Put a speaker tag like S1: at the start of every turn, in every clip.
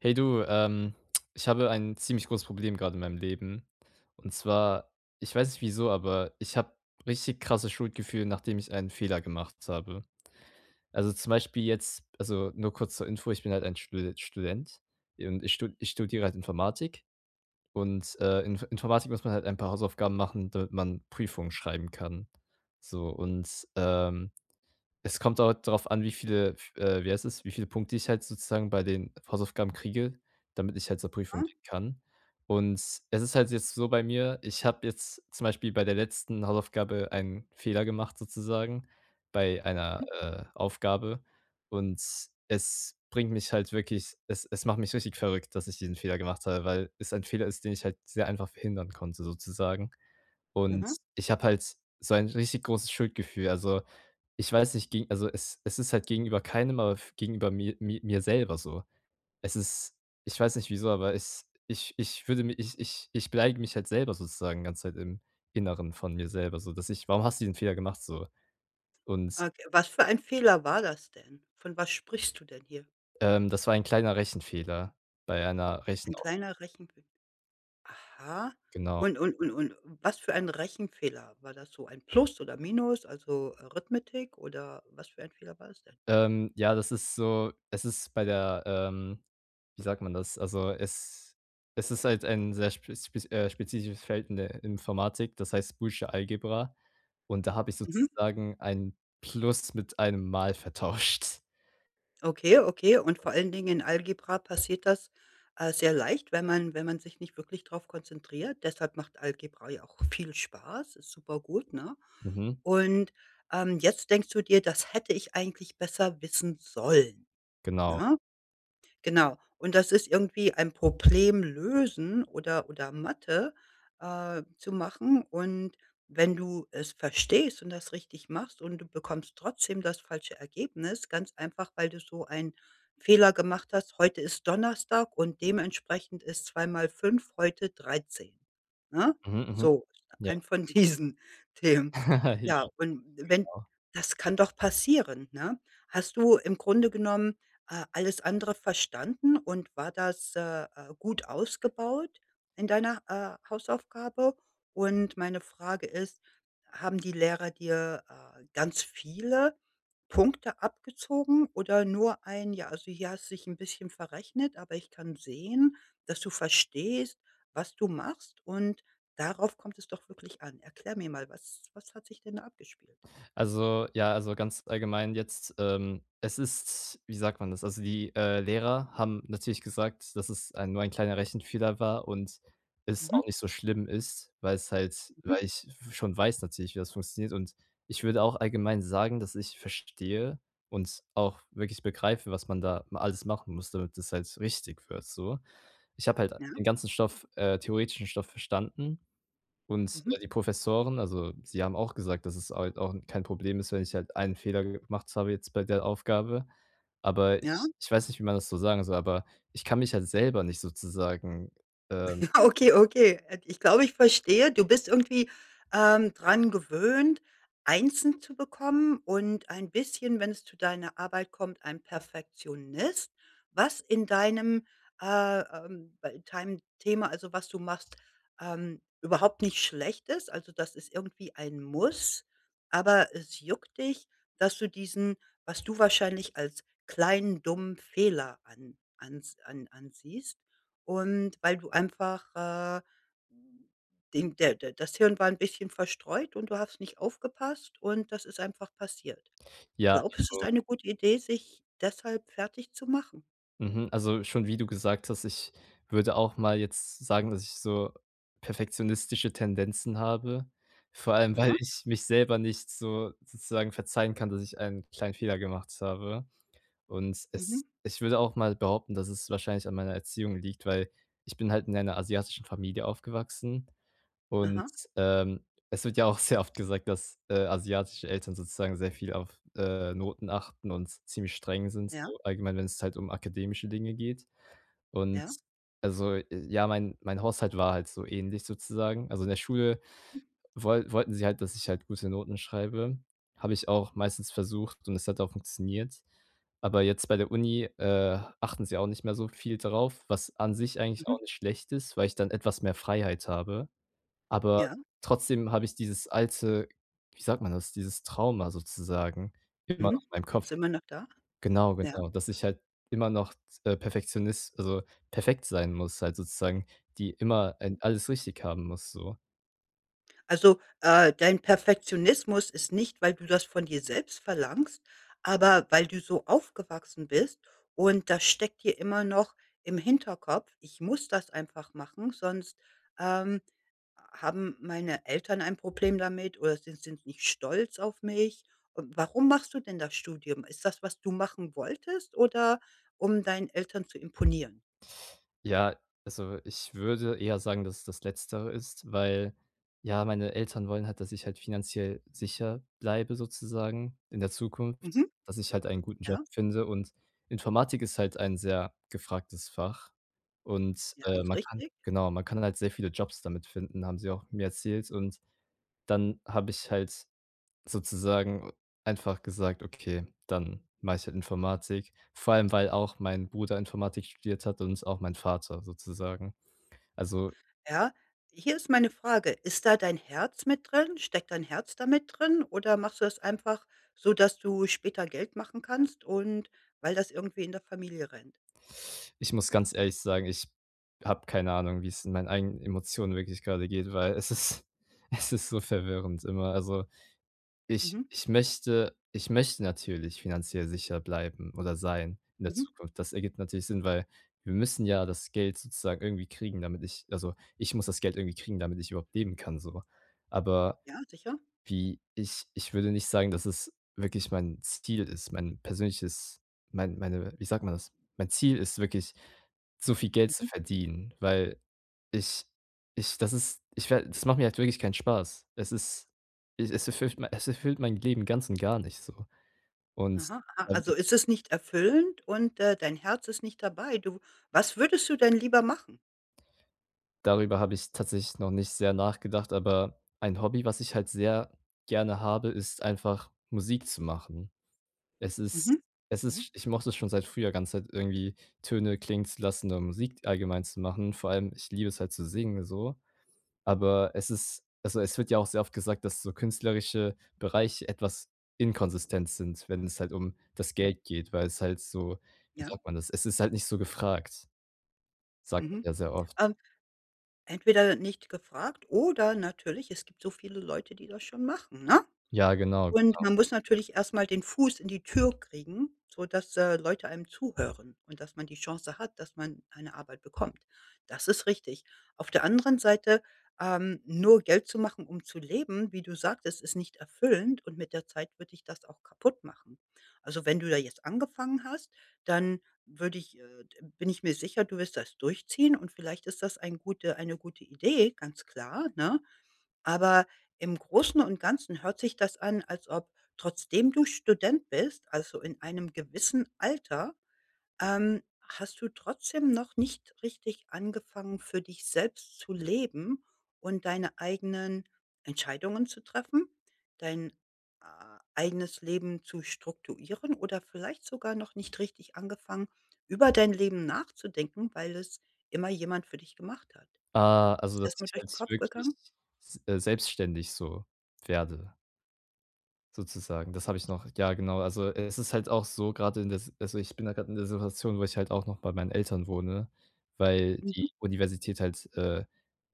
S1: Hey du, ich habe ein ziemlich großes Problem gerade in meinem Leben. Und zwar, ich weiß nicht wieso, aber ich habe richtig krasse Schuldgefühle, nachdem ich einen Fehler gemacht habe. Also zum Beispiel jetzt, also nur kurz zur Info, ich bin halt ein Student und ich studiere halt Informatik. In Informatik muss man halt ein paar Hausaufgaben machen, damit man Prüfungen schreiben kann. So, es kommt auch darauf an, wie viele wie heißt es, wie viele Punkte ich halt sozusagen bei den Hausaufgaben kriege, damit ich halt zur Prüfung
S2: Aha,
S1: gehen kann. Und es ist halt jetzt so bei mir, ich habe jetzt zum Beispiel bei der letzten Hausaufgabe einen Fehler gemacht sozusagen bei einer,
S2: mhm,
S1: äh, Aufgabe, und es bringt mich halt wirklich, es macht mich richtig verrückt, dass ich diesen Fehler gemacht habe, weil es ein Fehler ist, den ich halt sehr einfach verhindern konnte sozusagen. Und
S2: aha.
S1: ich habe halt so ein richtig großes Schuldgefühl. Also, ich weiß nicht, gegen also es ist halt gegenüber keinem, aber f gegenüber mir selber so. Es ist, ich weiß nicht wieso, aber es ich ich würde mi ich ich ich beleidige mich halt selber sozusagen ganz Zeit im Inneren von mir selber, so dass ich: „Warum hast du den Fehler gemacht?“ So. Und,
S2: Okay, was für ein Fehler war das denn? Von was sprichst du denn hier?
S1: das war ein kleiner Rechenfehler bei einer
S2: Ein
S1: Rechenaufgabe,
S2: kleiner Rechenfehler. Aha.
S1: genau.
S2: Und was für ein Rechenfehler? War das so ein Plus oder Minus, also Arithmetik oder was für ein Fehler war es denn?
S1: Ja, das ist so, es ist bei der, wie sagt man das? Also, es ist halt ein sehr spezifisches Feld in der Informatik, das heißt Boolesche Algebra. Und da habe ich
S2: Mhm.
S1: sozusagen ein Plus mit einem Mal vertauscht.
S2: Okay, okay. Und vor allen Dingen in Algebra passiert das, sehr leicht, wenn man sich nicht wirklich darauf konzentriert. Deshalb macht Algebra ja auch viel Spaß, ist super gut, ne?
S1: Mhm,
S2: Und, jetzt denkst du dir: „Das hätte ich eigentlich besser wissen sollen",
S1: genau.
S2: ne? Genau. Und das ist irgendwie ein Problem lösen oder Mathe, zu machen. Und wenn du es verstehst und das richtig machst und du bekommst trotzdem das falsche Ergebnis, ganz einfach, weil du so einen Fehler gemacht hast: „Heute ist Donnerstag und dementsprechend ist 2 mal 5 heute dreizehn." Ne?
S1: Mhm, mhm.
S2: So,
S1: Ja.
S2: ein von diesen Themen. Ja,
S1: Ja.
S2: und wenn das kann doch passieren, ne? Hast du im Grunde genommen alles andere verstanden und war das, gut ausgebaut in deiner, Hausaufgabe? Und meine Frage ist, haben die Lehrer dir, ganz viele Punkte abgezogen oder nur ein: „Ja, also hier hast du dich ein bisschen verrechnet, aber ich kann sehen, dass du verstehst, was du machst", und darauf kommt es doch wirklich an. Erklär mir mal, was hat sich denn da abgespielt?
S1: Also, ja, also, ganz allgemein jetzt, es ist, wie sagt man das? Also, die, Lehrer haben natürlich gesagt, dass es ein nur ein kleiner Rechenfehler war und es
S2: Mhm,
S1: auch nicht so schlimm ist, weil es halt,
S2: mhm,
S1: weil ich schon weiß natürlich, wie das funktioniert, und ich würde auch allgemein sagen, dass ich verstehe und auch wirklich begreife, was man da ma alles machen muss, damit es halt richtig wird so. Ich habe halt
S2: ja,
S1: den ganzen Stoff theoretischen Stoff verstanden, und,
S2: mhm,
S1: die Professoren, also, sie haben auch gesagt, dass es halt auch kein Problem ist, wenn ich halt einen Fehler gemacht habe jetzt bei der Aufgabe. Aber
S2: ja.
S1: ich weiß nicht, wie man das so sagen soll, aber ich kann mich halt selber nicht sozusagen, ähm
S2: Okay, okay. Ich glaube, ich verstehe. Du bist irgendwie, dran gewöhnt, Einsen zu bekommen und ein bisschen, wenn es zu deiner Arbeit kommt, ein Perfektionist, was bei deinem Thema, also was du machst, überhaupt nicht schlecht ist. Also, das ist irgendwie ein Muss, aber es juckt dich, dass du diesen, was du wahrscheinlich als kleinen, dummen Fehler an ans an ansiehst. Und weil du einfach, den der der das Hirn war ein bisschen verstreut und du hast nicht aufgepasst und das ist einfach passiert.
S1: ja,
S2: Glaubst du, es ist
S1: also
S2: eine gute Idee, sich deshalb fertig zu machen?
S1: mhm, also, schon wie du gesagt hast, ich würde auch mal jetzt sagen, dass ich so perfektionistische Tendenzen habe, vor allem,
S2: Aha,
S1: weil ich mich selber nicht so sozusagen verzeihen kann, dass ich einen kleinen Fehler gemacht habe. Es
S2: mhm,
S1: ich würde auch mal behaupten, dass es wahrscheinlich an meiner Erziehung liegt, weil ich bin halt in einer asiatischen Familie aufgewachsen und,
S2: aha,
S1: ähm, es wird ja auch sehr oft gesagt, dass asiatische Eltern sozusagen sehr viel auf Noten achten und ziemlich streng sind,
S2: ja,
S1: so allgemein, wenn es halt um akademische Dinge geht. Und,
S2: ja,
S1: also, ja, mein mein Haushalt war halt so ähnlich sozusagen. Also, in der Schule wollten sie halt, dass ich halt gute Noten schreibe. Habe ich auch meistens versucht, und es hat auch funktioniert. Aber jetzt bei der Uni achten sie auch nicht mehr so viel darauf, was an sich eigentlich
S2: mhm,
S1: auch nicht schlecht ist, weil ich dann etwas mehr Freiheit habe. Aber
S2: ja,
S1: trotzdem habe ich dieses alte, wie sagt man das, dieses Trauma sozusagen immer noch
S2: mhm.
S1: in meinem Kopf.
S2: Ist immer noch da?
S1: Genau,
S2: Ja.
S1: genau, dass ich halt immer noch, Perfektionist, also perfekt sein muss halt sozusagen, die immer ein alles richtig haben muss so.
S2: Also, dein Perfektionismus ist nicht, weil du das von dir selbst verlangst, aber weil du so aufgewachsen bist und das steckt dir immer noch im Hinterkopf: „Ich muss das einfach machen, sonst, ähm, haben meine Eltern ein Problem damit oder sind nicht stolz auf mich." Und warum machst du denn das Studium? Ist das, was du machen wolltest oder um deinen Eltern zu imponieren?
S1: Ja, also ich würde eher sagen, dass es das Letztere ist, weil, ja, meine Eltern wollen halt, dass ich halt finanziell sicher bleibe sozusagen in der Zukunft,
S2: Mhm,
S1: dass ich halt einen guten Job
S2: ja,
S1: finde, und Informatik ist halt ein sehr gefragtes Fach, und,
S2: ja, ist
S1: man kann,
S2: richtig.
S1: genau, man kann halt sehr viele Jobs damit finden, haben sie auch mir erzählt, und dann habe ich halt sozusagen einfach gesagt: „Okay, dann mache ich halt Informatik.“ Vor allem, weil auch mein Bruder Informatik studiert hat und auch mein Vater sozusagen. Also,
S2: Ja, hier ist meine Frage: Ist da dein Herz mit drin? Steckt dein Herz da mit drin oder machst du das einfach, so dass du später Geld machen kannst und weil das irgendwie in der Familie rennt?
S1: ich muss ganz ehrlich sagen, ich habe keine Ahnung, wie es in meinen eigenen Emotionen wirklich gerade geht, weil es ist es ist so verwirrend immer. Also
S2: Mhm,
S1: ich möchte natürlich finanziell sicher bleiben oder sein in der
S2: mhm.
S1: Zukunft. Das ergibt natürlich Sinn, weil wir müssen ja das Geld sozusagen irgendwie kriegen, damit ich, also, ich muss das Geld irgendwie kriegen, damit ich überhaupt leben kann so. Aber
S2: Ja, sicher.
S1: wie ich ich würde nicht sagen, dass es wirklich mein Ziel ist, mein persönliches, mein meine wie sagt man das? Mein Ziel ist wirklich, so viel Geld zu
S2: Mhm.
S1: verdienen, weil ich ich das ist ich werde das macht mir halt wirklich keinen Spaß. Es ist, es erfüllt mei es erfüllt mein Leben ganz und gar nicht so. Und
S2: Aha, aha. Also, ist es nicht erfüllend und, dein Herz ist nicht dabei. Du Was würdest du denn lieber machen?
S1: darüber habe ich tatsächlich noch nicht sehr nachgedacht, aber ein Hobby, was ich halt sehr gerne habe, ist einfach Musik zu machen. Es ist
S2: Mhm,
S1: es
S2: mhm,
S1: ist ich mochte es schon seit früher ganz halt irgendwie Töne klingen zu lassen oder Musik allgemein zu machen. Vor allem, ich liebe es halt zu singen so. Aber es ist, also, es wird ja auch sehr oft gesagt, dass so künstlerische Bereiche etwas inkonsistent sind, wenn es halt um das
S2: mhm.
S1: Geld geht, weil es halt so, wie
S2: Ja,
S1: sagt man das? Es ist halt nicht so gefragt, sagt man
S2: mhm.
S1: ja sehr oft.
S2: Ähm, Entweder nicht gefragt oder natürlich, es gibt so viele Leute, die das schon machen, ne?
S1: Ja, genau.
S2: Und man muss natürlich erst mal den Fuß in die Tür kriegen, sodass, Leute einem zuhören und dass man die Chance hat, dass man eine Arbeit bekommt. Das ist richtig. Auf der anderen Seite, nur Geld zu machen, um zu leben, wie du sagtest, ist nicht erfüllend und mit der Zeit würde dich das auch kaputt machen. Also, wenn du da jetzt angefangen hast, dann würde ich d bin ich mir sicher, du wirst das durchziehen und vielleicht ist das eine gute Idee, ganz klar, ne? Aber im Großen und Ganzen hört sich das an, als ob trotzdem du Student bist, also in einem gewissen Alter, hast du trotzdem noch nicht richtig angefangen, für dich selbst zu leben und deine eigenen Entscheidungen zu treffen, dein, äh, eigenes Leben zu strukturieren oder vielleicht sogar noch nicht richtig angefangen, über dein Leben nachzudenken, weil es immer jemand für dich gemacht hat.
S1: Ah,
S2: Ist
S1: also,
S2: dir
S1: dass
S2: das mal
S1: ich
S2: durch den
S1: halt
S2: Kopf
S1: wirklich
S2: gegangen?
S1: s selbstständig so werde. Sozusagen, das habe ich noch, ja, genau. Also, es ist halt auch so gerade in der Si also, ich bin da grade in der Situation, wo ich halt auch noch bei meinen Eltern wohne, weil die
S2: Mhm.
S1: Universität halt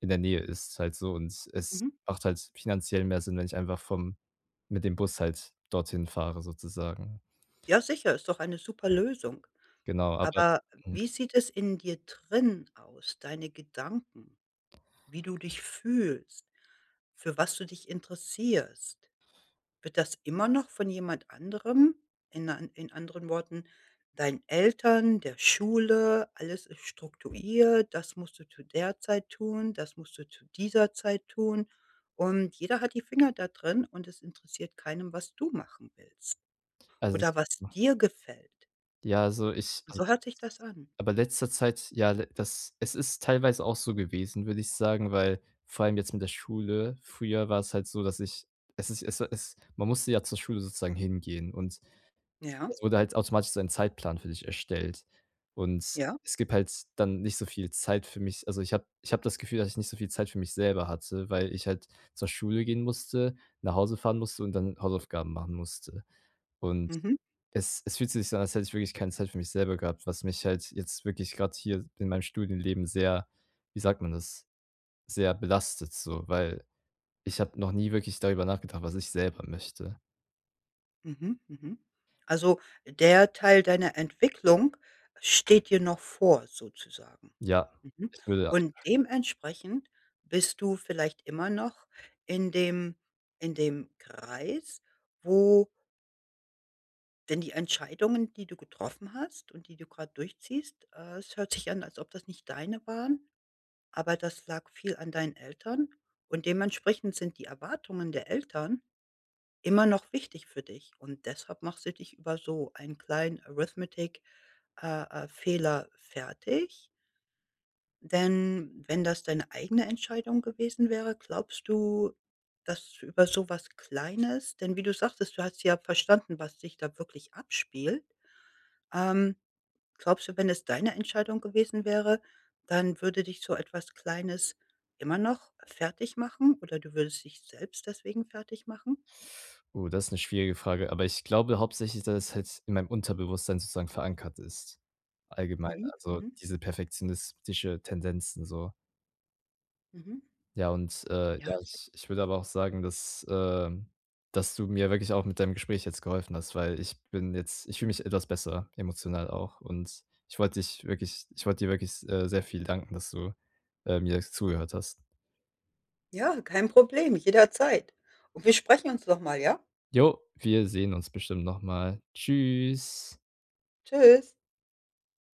S1: in der Nähe ist halt so, und es
S2: Mhm.
S1: macht halt finanziell mehr Sinn, wenn ich einfach vom mit dem Bus halt dorthin fahre sozusagen.
S2: Ja, sicher, ist doch eine super Lösung.
S1: Genau, aber
S2: Aber
S1: mhm,
S2: wie sieht es in dir drin aus, deine Gedanken, wie du dich fühlst, für was du dich interessierst? Wird das immer noch von jemand anderem, in anderen Worten, deinen Eltern, der Schule, alles ist strukturiert, das musst du zu der Zeit tun, das musst du zu dieser Zeit tun und jeder hat die Finger da drin und es interessiert keinem, was du machen willst
S1: also,
S2: oder was dir gefällt.
S1: ja, also, ich
S2: So
S1: also.
S2: hört sich das an.
S1: Aber letzter Zeit, ja, le das es ist teilweise auch so gewesen, würde ich sagen, weil vor allem jetzt mit der Schule, früher war es halt so, dass ich es ist es es man musste ja zur Schule sozusagen hingehen, und
S2: Ja,
S1: es wurde halt automatisch so ein Zeitplan für dich erstellt. Und
S2: ja.
S1: es gibt halt dann nicht so viel Zeit für mich. Also, ich habe das Gefühl, dass ich nicht so viel Zeit für mich selber hatte, weil ich halt zur Schule gehen musste, nach Hause fahren musste und dann Hausaufgaben machen musste. Und
S2: Mhm,
S1: es fühlt sich so an, als hätte ich wirklich keine Zeit für mich selber gehabt, was mich halt jetzt wirklich gerade hier in meinem Studienleben sehr, wie sagt man das? Sehr belastet so, weil ich habe noch nie wirklich darüber nachgedacht, was ich selber möchte.
S2: mhm, mhm. Also, der Teil deiner Entwicklung steht dir noch vor sozusagen.
S1: Ja,
S2: Mhm.
S1: ich würde
S2: Und dementsprechend bist du vielleicht immer noch in dem in dem Kreis, wo denn die Entscheidungen, die du getroffen hast und die du gerade durchziehst es hört sich an, als ob das nicht deine waren, aber das lag viel an deinen Eltern und dementsprechend sind die Erwartungen der Eltern immer noch wichtig für dich und deshalb machst du dich über so einen kleinen Arithmetic Fehler fertig. Denn wenn das deine eigene Entscheidung gewesen wäre, glaubst du, dass du über so was Kleines denn wie du sagtest, du hast ja verstanden, was sich da wirklich abspielt. Ähm, Glaubst du, wenn es deine Entscheidung gewesen wäre, dann würde dich so etwas Kleines immer noch fertig machen oder du würdest dich selbst deswegen fertig machen?
S1: Oh, das ist eine schwierige Frage, aber ich glaube hauptsächlich, dass es halt in meinem Unterbewusstsein sozusagen verankert ist. Allgemein,
S2: Mhm,
S1: also
S2: mhm,
S1: diese perfektionistische Tendenzen so.
S2: mhm.
S1: Ja, und,
S2: Ja,
S1: ja,
S2: si
S1: ich würde aber auch sagen, dass, dass du mir wirklich auch mit deinem Gespräch jetzt geholfen hast, weil ich bin jetzt ich fühle mich etwas besser, emotional auch. Und ich wollte dir wirklich, sehr viel danken, dass du, mir zugehört hast.
S2: ja, kein Problem, jederzeit. Und wir sprechen uns noch mal, ja?
S1: Jo, wir sehen uns bestimmt noch mal. Tschüss.
S2: Tschüss.